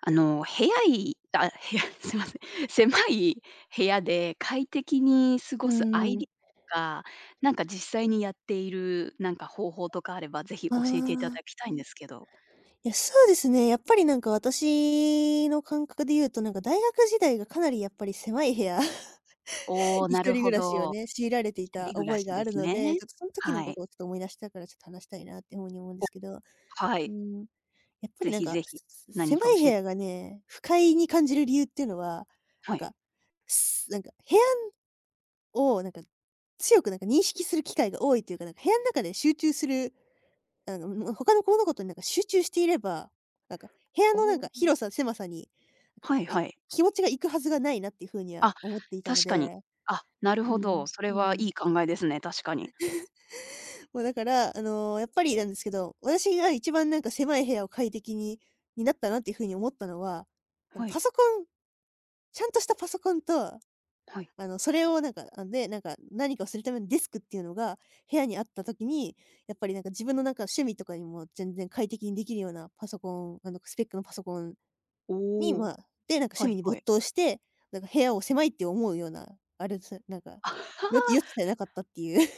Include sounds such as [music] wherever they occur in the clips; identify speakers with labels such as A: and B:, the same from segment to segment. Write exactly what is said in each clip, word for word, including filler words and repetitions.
A: あの、部屋いあ、部屋 [laughs] すいません。狭い部屋で快適に過
B: う
A: ごすア
B: ん
A: イ
B: うん。
A: ディアとか、なんか実際にやっている、なんか方法とかあれば、ぜひ
B: あ
A: 教えていた
B: あ、
A: だきたいんですけど。
B: いや、そうですね。やっぱりなんか私の感覚で言うと、なんか大学時代がかなりやっぱり狭い部屋 [laughs]
A: おお、
B: に一
A: なる
B: 人暮
A: ほ
B: らしを
A: ど。
B: ね、強いられてい
A: 一
B: た
A: 人暮ら
B: 覚え
A: し
B: があ
A: で
B: る
A: す
B: ので、
A: ね。
B: ちょっとその時の
A: は
B: こ
A: い。
B: とをちょっと思い出したからちょっと話したいなっていうふうに思うんですけど、
A: は
B: う
A: い。
B: ん、やっぱ
A: ぜ
B: りなん
A: ひ
B: か、
A: ぜひ、
B: す
A: 何
B: 狭
A: か
B: い部
A: 教えて、
B: 屋がね、不快に感じる理由っていうのは、な
A: は
B: ん
A: い。
B: か、すなんか部屋をなんか、強くなんか認識する機会が多いというか、なんか部屋の中で集中するあの、もう他の物事になんか集中していれば、なんか部屋
A: お
B: のなん
A: お、
B: か広さ、狭さに、なんか、
A: はい
B: うい
A: はい。
B: 気持ちが行くはずがないなっていう風には
A: あ、
B: 思っていたの
A: 確かに。
B: で、
A: あ、なる
B: う
A: ほ
B: ん、
A: ど。それ
B: う
A: はい
B: ん。
A: い考えですね、確かに。
B: もうだから、あの、やっぱりなんですけど、私が一番なんか狭い部屋を快適にになったなっていう風に思ったのは、あの、
A: は
B: パ
A: い、
B: ソコンちゃんとしたパソコンと
A: はい。
B: あの、それをなんか、あ、で、なんか、何かをするためのデスクっていうのが、部屋にあった時に、やっぱりなんか自分のなんか趣味とかにも全然快適にできるようなパソコン、あの、スペックのパソコンに、
A: お
B: ま
A: お、
B: あ、で、なんか趣
A: は
B: 味
A: い
B: に
A: は
B: 没
A: い。
B: 頭して、なんか部屋を狭いって思うような、あれです、なんか、
A: あ、は
B: よ余
A: は、
B: 地さえなかったっていう。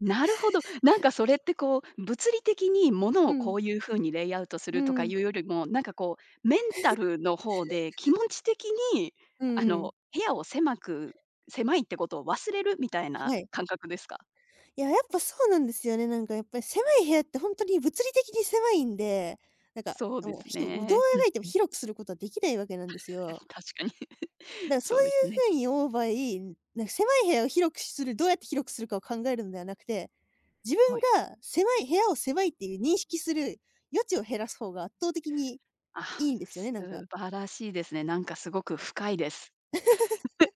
A: なるほど。なんかそれってこう、物理的に
B: [laughs]
A: 物
B: う
A: をこ
B: ん。
A: ういう風にレイアウトす
B: う
A: るとか
B: ん。
A: いうよりも、なんかこう、メンタルの方で気持ち的に、
B: うん
A: あ
B: うん。
A: の、部屋を狭く狭いってことを忘れるみたいな
B: はい。
A: 感覚ですか？
B: いや、やっぱそうなんですよね。なんかやっぱり狭い部屋って本当に物理的に狭いんで、なんか、
A: そうで
B: もう、
A: す
B: ひどう描
A: ね。うん
B: いても
A: うん。
B: 広くすることはできないわけなんですよ。
A: [laughs] 確かに。
B: だか
A: [laughs]
B: らそう
A: そ
B: い
A: うです
B: う
A: ね。
B: 風に思う場合、なんか狭い部屋を広くするどうやって広くするかを考えるのではなくて、自分
A: はい。
B: が狭い部屋を狭いっていう認識する余地を減らす方が圧倒的に
A: あ、
B: いいんですよね、
A: 素
B: なんか。
A: 晴らしいですね。なんかすごく深いです。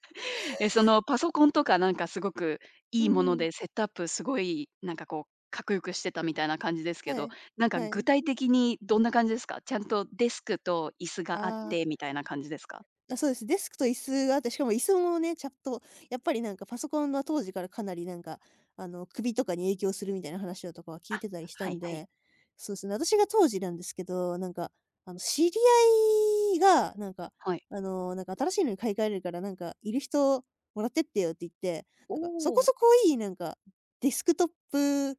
A: [laughs] え、そのパソコンとかなんかすごく
B: う
A: いいも
B: んう
A: の
B: ん。
A: で、セットアップすごいなんかこう、かっこよくしてたみたいな感じですけ
B: は
A: ど、
B: い。
A: なんか
B: は
A: 具
B: い。
A: 体的にどんな感じですか？ちゃんとデスクと椅子があっ
B: ああ。
A: てみたいな感じですか？
B: あ、そうです。デスクと椅子があって、しかも椅子もね、ちゃんと、やっぱりなんかパソコンは当時からかなりなんか、あの、首とかに影響するみたいな話だとかは聞い
A: あ、
B: てたりした
A: は
B: ん
A: いはい。
B: で、そうですね、私が当時なんですけど、なんか、あの、知り合いが、なんか、
A: はい。
B: あの、なんか新しいのに買い替えれるから、なんか、いる人もらってってよって言って、
A: お
B: なんか、そこ
A: お。
B: そこいい、なんか、デスクトップ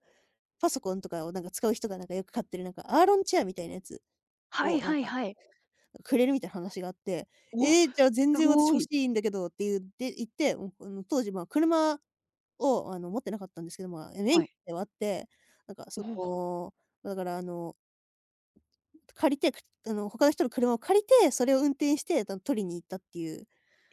B: パソコンとかをなんか使う人がなんかよく買ってる、なんか、アーロンチェアみたいなやつ
A: はい
B: を、なん
A: はい
B: か
A: はい。
B: くれるみたいな話があって、
A: お、
B: ええ、じゃあ全
A: す
B: 然私
A: ご
B: 欲し
A: い。
B: いんだけどって言って言って、もうあの当時、ま、あ車をあの持ってなかったんですけど、まあ、免
A: は
B: 許
A: い。
B: ではあって、なんか
A: お
B: そ
A: お。
B: の、だからあの、借りて、くあの他の人の車を借りて、それを運転して、取りに行ったっていう、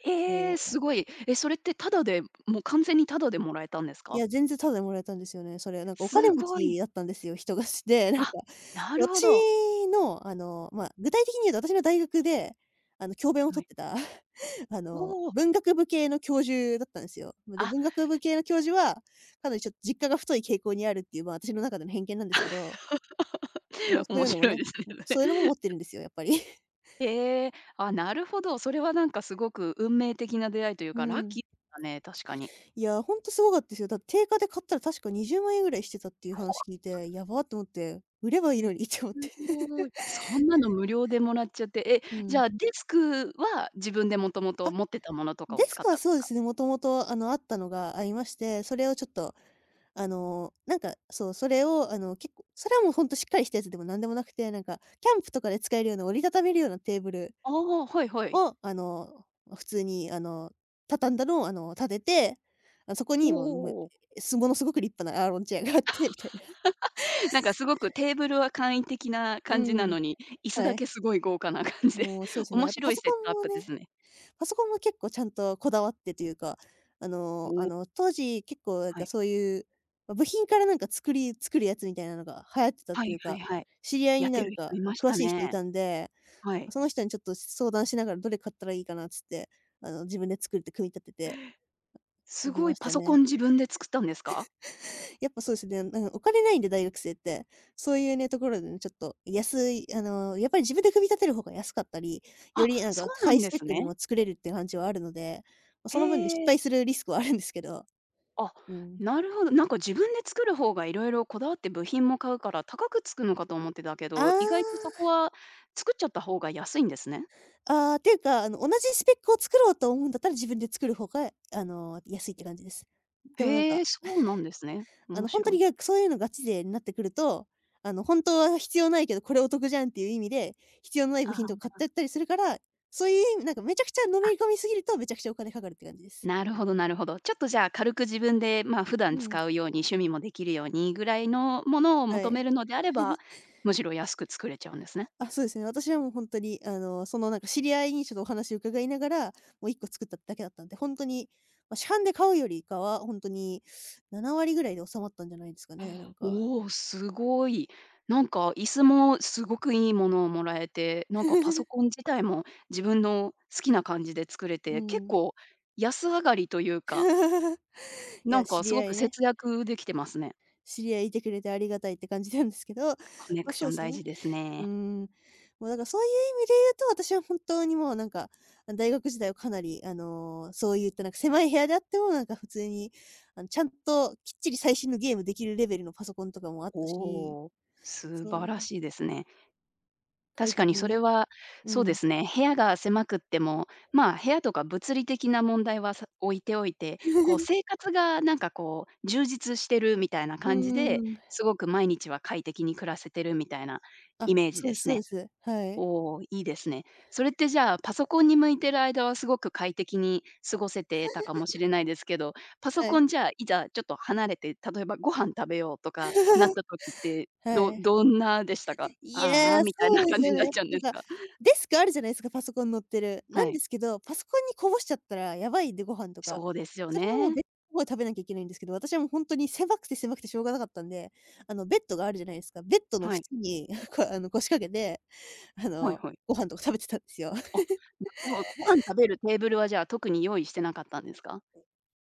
A: ええ、
B: そう
A: すごい。え、それってタダで、もう完全にタダでもらえたんです
B: い
A: か？
B: や、全然タダでもらえたんですよね、それ。なんかお金
A: す
B: 持
A: ご
B: ち
A: い。
B: だったんですよ、人がして。なんか、
A: あ、なるほ
B: 私
A: ど。
B: の、あの、まあ、具体的に言うと私の大学で、あの、教鞭をと
A: は
B: っ
A: い。
B: てた、[laughs] あの、
A: おお。
B: 文学部系の教授だったんですよ。で、
A: あ、
B: 文学部系の教授は、かなりちょっと実家が太い傾向にあるっていう、まあ、私の中での偏見なんですけど、あの、
A: [laughs]
B: そうい
A: 面
B: うのも
A: 白い
B: ね、
A: ですね、
B: そういうのも持ってるんですよ、やっぱり。[laughs]
A: へえ、あ、なるほど。それはなんかすごく運命的な出会いという
B: う
A: か、ラッ
B: ん。
A: キーだね、確かに。
B: いや、ほんとすごかったですよ。だって定価で買ったら確かにじゅうまん円ぐらいしてたっていう話
A: ほ、
B: 聞いて、やばーって思って、売ればいいのにって思って。
A: すごい。そんなの無料でもらっちゃって、え、
B: [laughs] う
A: じ
B: ん。
A: ゃあデスクは自分でもともと
B: あ、
A: 持ってたものとか
B: デ
A: を
B: ス
A: 使っ
B: ク
A: た
B: は
A: んで
B: そう
A: す
B: で
A: か？
B: すね、もともと、あの、あったのがありまして、それをちょっと、あの、なんか、そう、それを、あの、結構、それはもうほんとしっかりしたやつでもなんでもなくて、なんか、キャンプとかで使えるような折りたためるようなテーブル
A: ああ、はいはい。
B: を、あの、普通に、あの、畳んだのを、あの、立てて、あ、そこ
A: お
B: に
A: お
B: もう、む
A: おお。
B: すものすごく立派なアーロンチェアがあってみたいな。
A: なんかすごくテーブルは簡易的な
B: う
A: 感じな
B: ん、
A: のに、椅子
B: は
A: だけ
B: い。
A: すごい豪華な感じで、
B: もうそうで
A: [laughs]
B: すね、
A: 面
B: あとパ
A: 白い
B: ソ
A: セ
B: コ
A: ッ
B: ン
A: トアッ
B: も
A: プ
B: ね
A: ですね。
B: パソコンも結構ちゃんとこだわってというか、あのあ
A: おお、
B: の、当時結構なん
A: は
B: か
A: い。
B: そういう、ま、部品からなんか作り作るやつみたいなのが流行ってたっ
A: は
B: てい
A: い
B: う
A: はい
B: か、
A: はい。
B: 知り合い
A: や
B: に
A: って
B: なん
A: る人
B: か
A: いまし
B: 詳
A: た
B: しい人い
A: ね。
B: たんで、
A: はい。
B: その人にちょっと相談しながらどれ買ったらいいかなっつって、あの、自分で作って組み立てて
A: す
B: おき
A: ご
B: ま
A: い
B: し
A: パ
B: た
A: ソコ
B: ね。
A: ン自分で作ったんですか？
B: やっぱそうですね、なんかお金ないんで、大学生って。そういうね、ところでね、ちょっと安い、あの、やっぱり自分で組み立てる方が安かったり、よ
A: あ、
B: りなん
A: そ
B: か
A: う
B: ハ
A: な
B: イ
A: ん
B: ス
A: で
B: ペッ
A: す
B: ク
A: ね。
B: にも作れるっていう感じはあるので、ま、その分ね、失
A: へ
B: 敗
A: え。
B: するリスクはあるんですけど、
A: あ、
B: うん。
A: なるほど。なんか自分で作る方がいろいろこだわって部品も買うから高くつくのかと思ってたけ
B: あ
A: ど、意外とそこ
B: あ、
A: は作っちゃった方が安いんですね。
B: ああ、ていうか、あの、同じスペックを作ろうと思うんだったら、自分で作る方が、あの、安いって感じです。でもなん
A: へ
B: か
A: え、そうなんですね。
B: あ
A: 面
B: の、本当
A: 白
B: に
A: い。
B: がそういうのガチ勢になってくると、あの、本当は必要ないけど、これお得じゃんっていう意味で、必要のない
A: あ
B: 部品とか買っ
A: あ、
B: てやったりするから、そういう意味なんかめちゃくちゃのめ
A: あ、
B: り込みすぎると、めちゃくちゃお金かかるって感じです。
A: なるほどなるほど。ちょっとじゃあ軽く自分で、まあ、普段
B: うん、
A: 使うように趣味もできるようにぐらいのものを
B: は
A: 求
B: い。
A: めるのであれば、
B: [laughs]
A: むしろ安く作れちゃうんですね。
B: あ、そうですね。私はもう本当に、あの、その、なんか知り合いにちょっとお話を伺いながら、もういっこ作っただけだったんで、本当に、まあ、市販で買うよりかは、本当になな割ぐらいで収まったんじゃないですかね、なんか。
A: おお、すごい。なんか椅子もすごくいいものをもらえて、なんかパソ
B: [laughs]
A: コン自体も自分の好きな感じで作れ
B: う
A: て、結
B: ん。
A: 構安上がりというか、
B: [laughs] い
A: な
B: や、
A: ん
B: 知
A: かす
B: り
A: ご
B: 合
A: く
B: いね。
A: 節約できてますね。
B: 知り合いいてくれてありがたいって感じなんですけど、
A: コネ
B: [laughs] まあ、
A: ク
B: そ
A: シ
B: う
A: ョ
B: で
A: ン
B: す
A: 大
B: ね。
A: 事です
B: うー
A: ね。
B: ん。もうだからそういう意味で言うと、私は本当にもうなんか、大学時代はかなり、あの、そういったなんか狭い部屋であっても、なんか普通に、あの、ちゃんときっちり最新のゲームできるレベルのパソコンとかもあったし、
A: おお、素
B: そ
A: 晴
B: う、
A: らしいですね。
B: 快
A: 確か
B: 適
A: に
B: に
A: それ
B: ね。
A: は、
B: う
A: そうで
B: ん。
A: すね、部屋が狭くっても、まあ、部屋とか物理的な問題はさ置いておいて、こう生
B: [laughs]
A: 活がなんかこう充実してるみたいな
B: うー
A: 感じで、
B: ん。
A: すごく毎日は快適に暮らせてるみたいな
B: あ、
A: イメージ
B: そうで
A: で
B: す
A: す
B: そうで
A: ね。
B: す。はい。
A: おお、いいですね。それってじゃあ、パソコンに向いてる間はすごく快適に過ごせてたかもしれないですけど、パソ
B: はい。
A: コンじゃあ、いざちょっと離れて、例えばご飯食べようとかなっ
B: [laughs]
A: た時って、
B: は
A: ど
B: い。[laughs]
A: どんなでしたか？
B: い
A: ああ、ああ、
B: や、そ
A: みたいな
B: うです
A: 感じ
B: よ
A: になっ
B: ね。
A: ちゃうん
B: な
A: で
B: ん
A: す
B: か、
A: か？
B: デスクあるじゃないですか、パソコン乗ってる。な
A: は
B: んで
A: い。
B: すけど、パソコンにこぼしちゃったらやばいんで、ご飯とか。
A: そうですよ
B: それはもう、
A: ね。
B: の方で食べなきゃいけないんですけど、私はもうほんとに狭くて狭くてしょうがなかったんで、あの、ベッドがあるじゃないですか。ベッドの
A: はい。
B: 縁に、こう、あの、腰掛けて、あ
A: はい
B: の、
A: はい。
B: ご飯とか食べてたんですよ。
A: あ、なるほど、ご飯食べるテーブルはじゃあ、特に用意してなかったんですか？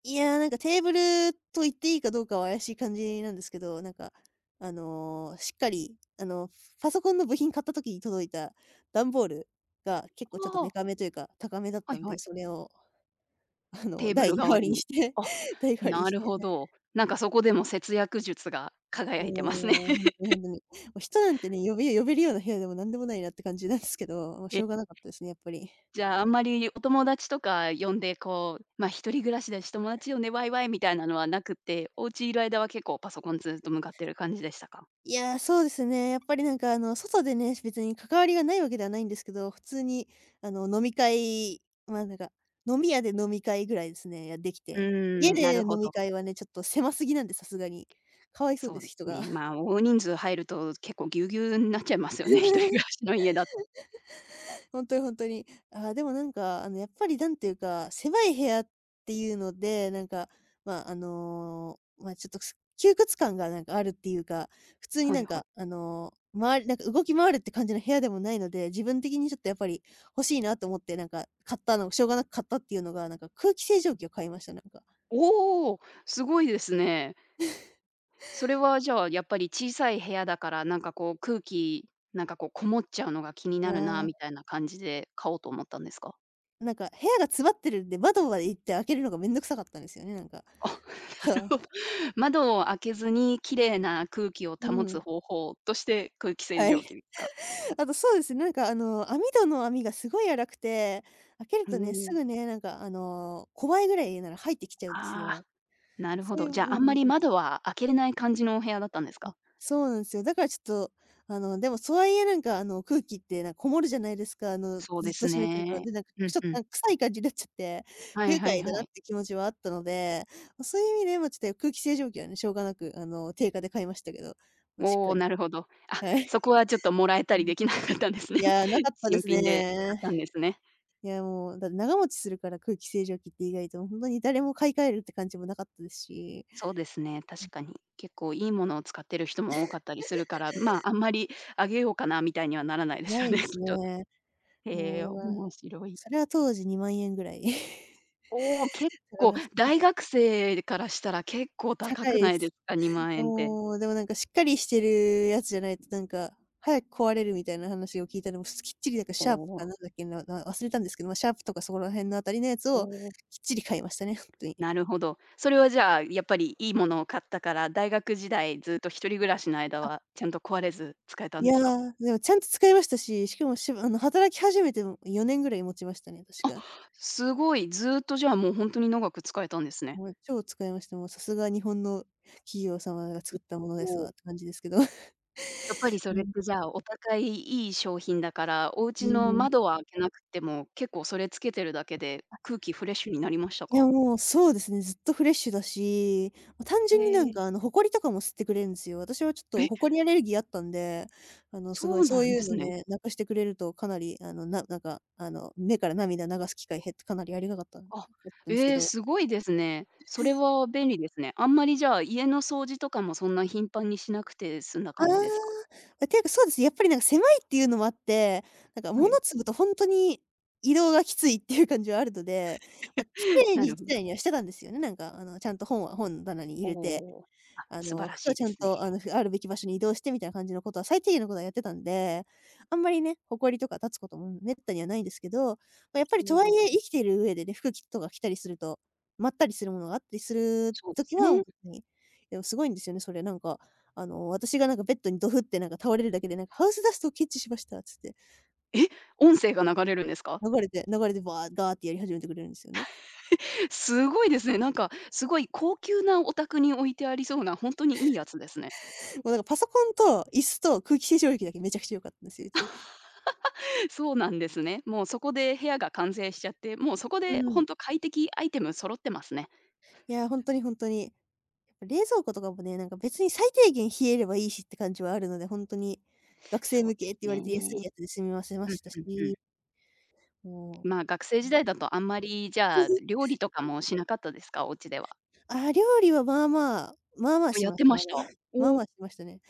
B: いや、なんかテーブルと言っていいかどうかは怪しい感じなんですけど、なんか、あの、しっかり、あの、パソコンの部品買った時に届いた段ボールが結構ちょっと
A: あ
B: デ
A: あ、
B: カめというか、高めだっ
A: は
B: た
A: い
B: ん
A: は
B: で、
A: い。
B: それを、[laughs] あの、
A: テーブル
B: 台
A: 代
B: 代
A: わ
B: わ
A: り
B: りに
A: に。
B: して、
A: あ、
B: [laughs] 台代わりに
A: な
B: し
A: る
B: て、
A: ほど。なんかそこでも節約術が輝いてますね。
B: もう、本当に本当に。もう人なんてね、呼べ呼べるような部屋でもなんでもないなって感じなんですけど、もうしょ
A: え、
B: うがなかったですね、やっぱり。
A: じゃあ、あんまりお友達とか呼んで、こう、まあ、一人暮らしだし、友達呼んでワイワイみたいなのはなくって、お家いる間は結構パソコンずっと向かってる感じでしたか？
B: いやー、そうですね。やっぱりなんかあの、外でね、別に関わりがないわけではないんですけど、普通にあの、飲み会、ま、なんか、飲み屋で飲み会ぐらいですね、やでき
A: う
B: て。家
A: ーん、な
B: で
A: るほ
B: 飲み
A: ど。
B: 会はね、ちょっと狭すぎなんで、さすがに。かわいそう
A: そ
B: で
A: う
B: す、
A: です
B: 人が。
A: ね。ま
B: [laughs]
A: あ、大人数入ると結構ぎゅうぎゅうになっちゃいますよね、[laughs] 一人暮らしの家だと、
B: 本当に本当に。あーでもなんか、あの、やっぱりなんていうか、狭い部屋っていうので、なんか、まあ、あの、まあ、ちょっと、す窮屈感がなんかあるっていうか、普通に
A: は
B: な
A: い
B: ん
A: はい。
B: か、あの、回りなんか動き回るって感じの部屋でもないので、自分的にちょっとやっぱり欲しいなと思って、なんか買ったのしょうがなく買ったっていうのが、なんか空気清浄機を買いました、なんか。
A: おお、すごいですね。それはじゃあ、やっぱり小さい部屋だから、なんかこう空気、なんかこうこもっちゃうのが気に
B: あ
A: なるな
B: ー
A: みたいな感じで買おうと思ったんですか？
B: なんか部屋が詰まってるんで、窓まで行って開けるのがめんどくさかったんですよね、なんか。
A: あ、[laughs] な
B: そ
A: る
B: う。
A: ほど。窓を開けずに綺麗な空気を
B: う
A: 保
B: ん。
A: つ方法として空気清
B: は
A: 浄
B: い。
A: 機ですか？
B: あとそうですね、なんかあの、網戸の網がすごい荒くて、開ける
A: うー
B: とね、す
A: ん。
B: ぐね、なんかあの、ごばいぐらいなら入ってきちゃうんです
A: あ
B: よ。
A: あ、なるほ
B: そうい
A: ど。
B: う
A: じゃあ、あ
B: う
A: んま
B: ん。
A: り窓は開けれない感じのお部屋だったんですか？
B: そうなんですよ。だからちょっと、あの、でもそうはいえなんかあの、空気ってなんかこもるじゃないですか、あの、
A: そう
B: ず
A: で
B: っと
A: す
B: 閉めてると。
A: ね。
B: で、なんか、
A: うん
B: ちょっと
A: う
B: な
A: ん。
B: んか臭い感じになっちゃって、
A: は
B: 不
A: い
B: 愉
A: はい
B: 快だな
A: は
B: っ
A: い。
B: て気持ちはあったので、ま、そういう意味で、ま、ちょっと空気清浄機はね、しょうがなくあの、定価で買いましたけど、ま、しっ
A: お
B: か
A: お、
B: り
A: なるほど。
B: は
A: そ
B: い。
A: こはちょっともらえた
B: う
A: り
B: ん。
A: できなかったんですね。
B: い
A: [laughs]
B: や、なかったで
A: 新
B: す
A: 品で買っ
B: ね。
A: たんですね。
B: いや、もう、だって長持ちするから空気清浄機って意外と本当に誰も買い替えるって感じもなかったですし、
A: そうですね、確かに。結構いいものを使ってる人も多かったりするから、まあ、あんまりあげようかなみたいにはならないで
B: な
A: すよ
B: い
A: ね、[laughs]
B: で
A: きっ
B: す
A: と。
B: ね。もう
A: えー、
B: だか
A: 面
B: ら、
A: 白い。
B: それは当時 にまんえんぐらい。
A: おお、結
B: [laughs] 高
A: 構、
B: が、ちょ
A: 大学生からしたら結構高
B: 高い
A: く
B: で
A: ないで
B: す。
A: すか？にまん
B: で
A: 円って。
B: も、でもなんかしっかりしてるやつじゃないとなんか、早く壊れるみたいな話を聞いたのも、すきっちりなんか
A: お
B: シャープかな
A: お、
B: んだっけな、な忘れたんですけど、ま、シャープとかそこら辺のあたりのやつ
A: お
B: をきっ
A: お、
B: ちり買いましたね、ほんとに。
A: なるほど。それはじゃあ、やっぱりいいものを買ったから、大学時代ずっと一人暮らしの間
B: あ、
A: はちゃんと壊れず使えた
B: い
A: んで
B: や、
A: すか？
B: でもちゃんと使いましたし、しかもしあの、働き始めてもよねんぐらい持ちましたね、確か。
A: すごい、ずっとじゃあもうほんとに長く使えたんですね。
B: もう超使いました。もうさすが日本の企業様が作ったものです
A: お
B: わ
A: お、
B: って感じですけど。[laughs]
A: やっぱりそ
B: う
A: れっ
B: ん、
A: てじゃあお高いいい商品だから、お
B: う
A: 家の
B: ん。
A: 窓は開けなくても、結構それつけてるだけで
B: あ、
A: 空気フレッシュになりました
B: いや
A: か？
B: もうそうですね、ずっとフレッシュだし、ま、単純になん
A: え
B: かあ
A: え、
B: の、埃とかも吸ってくれるんですよ。私はちょっと
A: え、
B: 埃アレルギーあったんで、あの、す
A: そ
B: ごい
A: う
B: そ
A: な
B: う
A: ん
B: い
A: で
B: う
A: す
B: の
A: ね。
B: ね、なくしてくれるとかなりあの、ななんかあの、目から涙流す機会減ってかなりありがかっただ
A: あ、
B: ったんですけ
A: ええ、
B: ど
A: すごいですね。それは便利ですね。あんまりじゃあ、家の掃除とかもそんな頻繁にしなくて済んだ
B: あ
A: 感じですか？
B: あ、ていうか、そうですね、やっぱりなんか狭いっていうのもあって、なんか
A: は
B: 物
A: い。
B: 積むとほんとに移動がきついっていう感じはあるので、ま、綺
A: [laughs]
B: 麗
A: な
B: に1
A: るほど。
B: 台にはしてたんですよね、なんかあの、ちゃんと本は本の棚に入れて。
A: おお、あ、
B: あ
A: 素晴
B: の、
A: ら
B: 服
A: し
B: は
A: い
B: ち
A: で
B: ゃん
A: すね。
B: と、あの、ふあるべき場所に移動してみたいな感じのことは、最低限のことはやってたんで、あんまりね、埃とか立つことも滅多にはないんですけど、ま、やっぱ
A: う
B: りとは
A: ん、
B: いえ生きている上でね、服きとか着たりすると、まったりするものがあったりする
A: そうです
B: 時は、ほん
A: ね。
B: とに、でもすごいんですよね、それなんか、あの、私がなんかベッドにドフってなんか倒れるだけで、なんか「ハウスダストを検知しました」つって、
A: え、音声が流れるんですか？
B: 流れて流れてバーガーってやり始めてくれるんですよね。
A: [laughs] すごいですね。なんかすごい高級なお宅に置いてありそうな、本当にいいやつですね。
B: もうなんかパソコンと椅子と空気清浄機だけめちゃくちゃ良かったんですよ、うち。
A: [laughs] そうなんですね。もうそこで部屋が完成しちゃって、もうそこ
B: う
A: で
B: ん。
A: 本当快適アイテム揃ってますね。
B: いや、ほんとにほんとに。冷蔵庫とかもね、なんか別に最低限冷えればいいしって感じはあるので、ほんとに学生
A: そう
B: 向
A: で
B: けって
A: す
B: 言われて安い
A: ね。
B: やつで済みませま
A: うん
B: した
A: うんうん。
B: し、もう
A: まあ、学生時代だとあんまり、じ
B: あ
A: ゃあ、
B: [laughs]
A: 料理とかもしなかったですか？お家では。
B: あ、料理はまあまあ、まあまあ
A: あ、
B: し
A: やっ
B: ます。
A: て
B: ま
A: ま
B: あ
A: した。
B: まあ。[laughs] まあ
A: おお。
B: まあしましたね。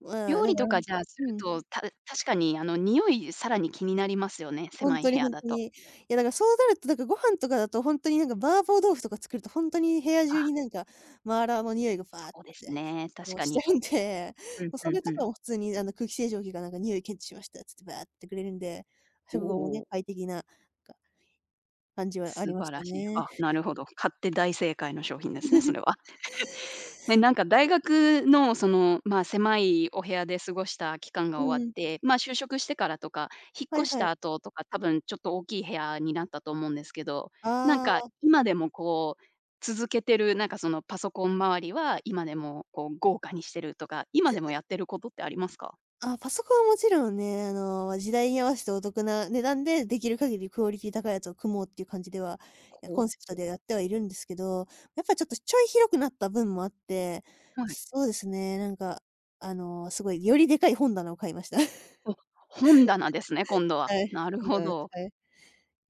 B: まあ、
A: 料
B: だ
A: 理
B: か
A: と
B: ら
A: かじゃあ、す
B: う
A: る
B: ん、
A: と、た確かにあの、匂いさらに気になりますよね、
B: ほん
A: 狭
B: と
A: い
B: に
A: 部
B: ほ
A: 屋
B: ん
A: だ
B: と
A: と。
B: に。いやだからそうなると、なんからご飯とかだとほんとになんか麻婆豆腐とか作ると、ほんとに部屋中に
A: あ、
B: なんかマーラーの匂いがパーって
A: そうですね、確
B: もう
A: か
B: しちゃ
A: に。
B: うんで、
A: うん、
B: もう
A: う
B: そ
A: ん
B: れと
A: うん。
B: かも普通にあの空気清浄機がなんか「匂い検知しました」つってバーってくれるんで、
A: お
B: 食後もね、
A: お、
B: 快適な、なんか感じはあり
A: 素
B: まし
A: 晴ら
B: た
A: しい。
B: ね。
A: あ、なるほど。買って大正解の商品ですね、それ
B: [laughs]
A: は。ね、なんか大学のその、まあ、狭いお部屋で過ごした期間が
B: う
A: 終わ
B: ん。
A: って、まあ、就職してからとか、引っ
B: はい
A: 越し
B: はい。
A: た後とか、多分ちょっと大きい部屋になったと思うんですけど、なん
B: あ
A: か今でもこう、続けてる、なんかそのパソコン周りは今でもこう豪華にしてるとか、今でもやってることってありますか？
B: あ、あ、パソコンはもちろんね、あの、時代に合わせてお得な値段で、できる限りクオリティ高いやつを組もうっていう感じでは、いや、
A: ほ
B: コンセプト
A: う。
B: でやってはいるんですけど、やっぱちょっとちょい広くなった分もあって、
A: はい。
B: そうですね、なんか、あの、すごいよりでかい本棚を買いました。[laughs]
A: お、本棚ですね、今度は。
B: はい、
A: なる
B: 本
A: ほ
B: 棚です。
A: ど。
B: はい。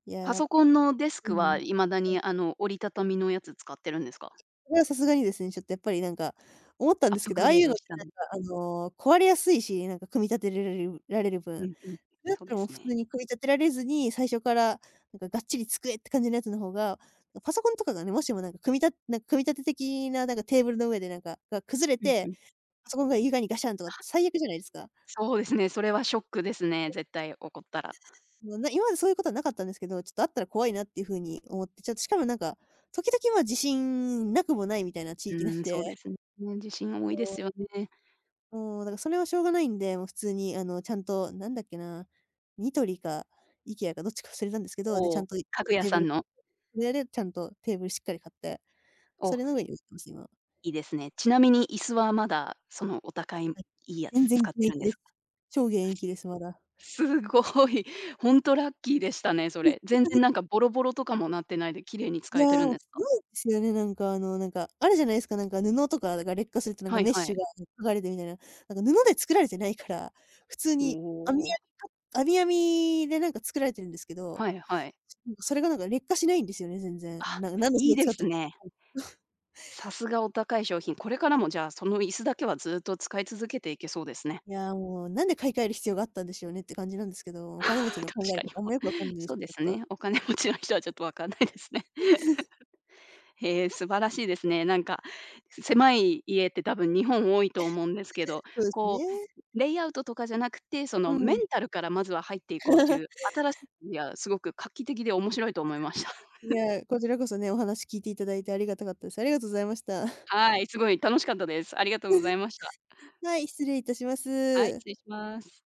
B: い
A: パ
B: やー
A: ソコンのデス
B: う
A: ク
B: ん。
A: は未だ
B: はい。
A: にあの折りたたみのやつ使ってるんですか？
B: [laughs] それはさすがにですね、ちょっとやっぱりなんか、思ったん
A: アッ
B: です
A: プ
B: けど、あ
A: グ
B: あ
A: レ
B: い
A: ー
B: うの
A: ド
B: って
A: したの。
B: なんか、あの、壊れやすいし、なんか組み立てられるられる
A: う
B: 分、
A: んうん。
B: だっ
A: そう
B: た
A: で
B: らもう
A: す
B: 普
A: ね。
B: 通に組み立てられずに、最初からなんかがっちり机って感じのやつの方が、パソコンとかがね、もしもなんか組みたなんか組み立て的ななんかテーブルの上でなんかが崩れ
A: うんう
B: て、
A: ん。
B: パソコンが床にガシャンとか最悪じゃないですか。
A: そうですね、それはショックですね、絶対起こったら。
B: もうな今までそういうことはなかったんですけど、ちょっとあったら怖いなっていう風に思って、ちょっとしかもなんか、時々まあ地震なくもないみたいな地
A: う
B: 域な
A: ー
B: ん
A: ん、
B: で
A: そうで
B: [laughs]
A: すね。地震多いですよね。
B: もう、だからそれはしょうがないんで、もう普通にあの、ちゃんとなんだっけな、ニトリか IKEA かどっちか忘れたんですけど、で、ち
A: お
B: ゃん
A: お、
B: と
A: 家具屋
B: テーブ
A: さ
B: ル
A: んの、
B: それでちゃんとテーブルしっかり買って、
A: お、
B: それの上に置いてます、今。
A: いいですね。ちなみに椅子はまだそのお高い、いいや
B: 全
A: つ
B: 然現
A: 使ってるん
B: 役
A: で
B: です。
A: すか？[laughs]
B: 超現役です、まだ。
A: すごい、ほんとラッキーでしたね、それ。全然なんか
B: [laughs]
A: ボロボロとかもなってないで綺麗に
B: い
A: 使
B: や、
A: えてるん
B: もう
A: です
B: す
A: か？
B: ごいですよね、なんかあの、なんか、あるじゃないですか、なんか布とかが劣化するとなんか
A: はい
B: メッ
A: は
B: シュ
A: い。
B: が剥がれてみたいな。なんか布で作られてないから、普通
A: お
B: に網網
A: お、
B: か網網でなんか作られてるんですけど、
A: はいはい。
B: なんかそれがなんか劣化しないんですよね、全然。
A: あ、
B: な [laughs] なんでそ
A: いい
B: れ
A: で
B: 使って
A: す
B: る [laughs]
A: ね。さすがお高い商品。これからもじゃあ、その椅子だけはずっと使い続けていけそうですね。
B: いや、もうなんで買い替える必要があったんでしょうねって感じなんですけど、
A: [laughs]
B: お
A: 確
B: 金持ちの考える
A: か
B: こ
A: に。
B: とあ
A: [laughs]
B: ん
A: ほ
B: まよくわかんな
A: ん
B: いです、
A: そ
B: ち
A: うです
B: ょっと。
A: ね。お金持ちの人はちょっとわかんないですね。[laughs] へえ、素晴らしいですね。なんか、狭い家って多分日本多いと思うんですけど、
B: そうですね。
A: こう、レイアウトとかじゃなくて、そ
B: う
A: のメン
B: ん。
A: タルからまずは入っていこうっていう、新しい、いや、すごく画期的で面白いと思いました。[laughs]
B: いや、こちらこそね、お話聞いていただいてありがたかったです。ありがとうございました。
A: はい、すごい楽しかったです。ありがとうござ
B: [laughs]
A: いました。
B: はい、失礼いたしま
A: はい、
B: す。
A: 失礼します。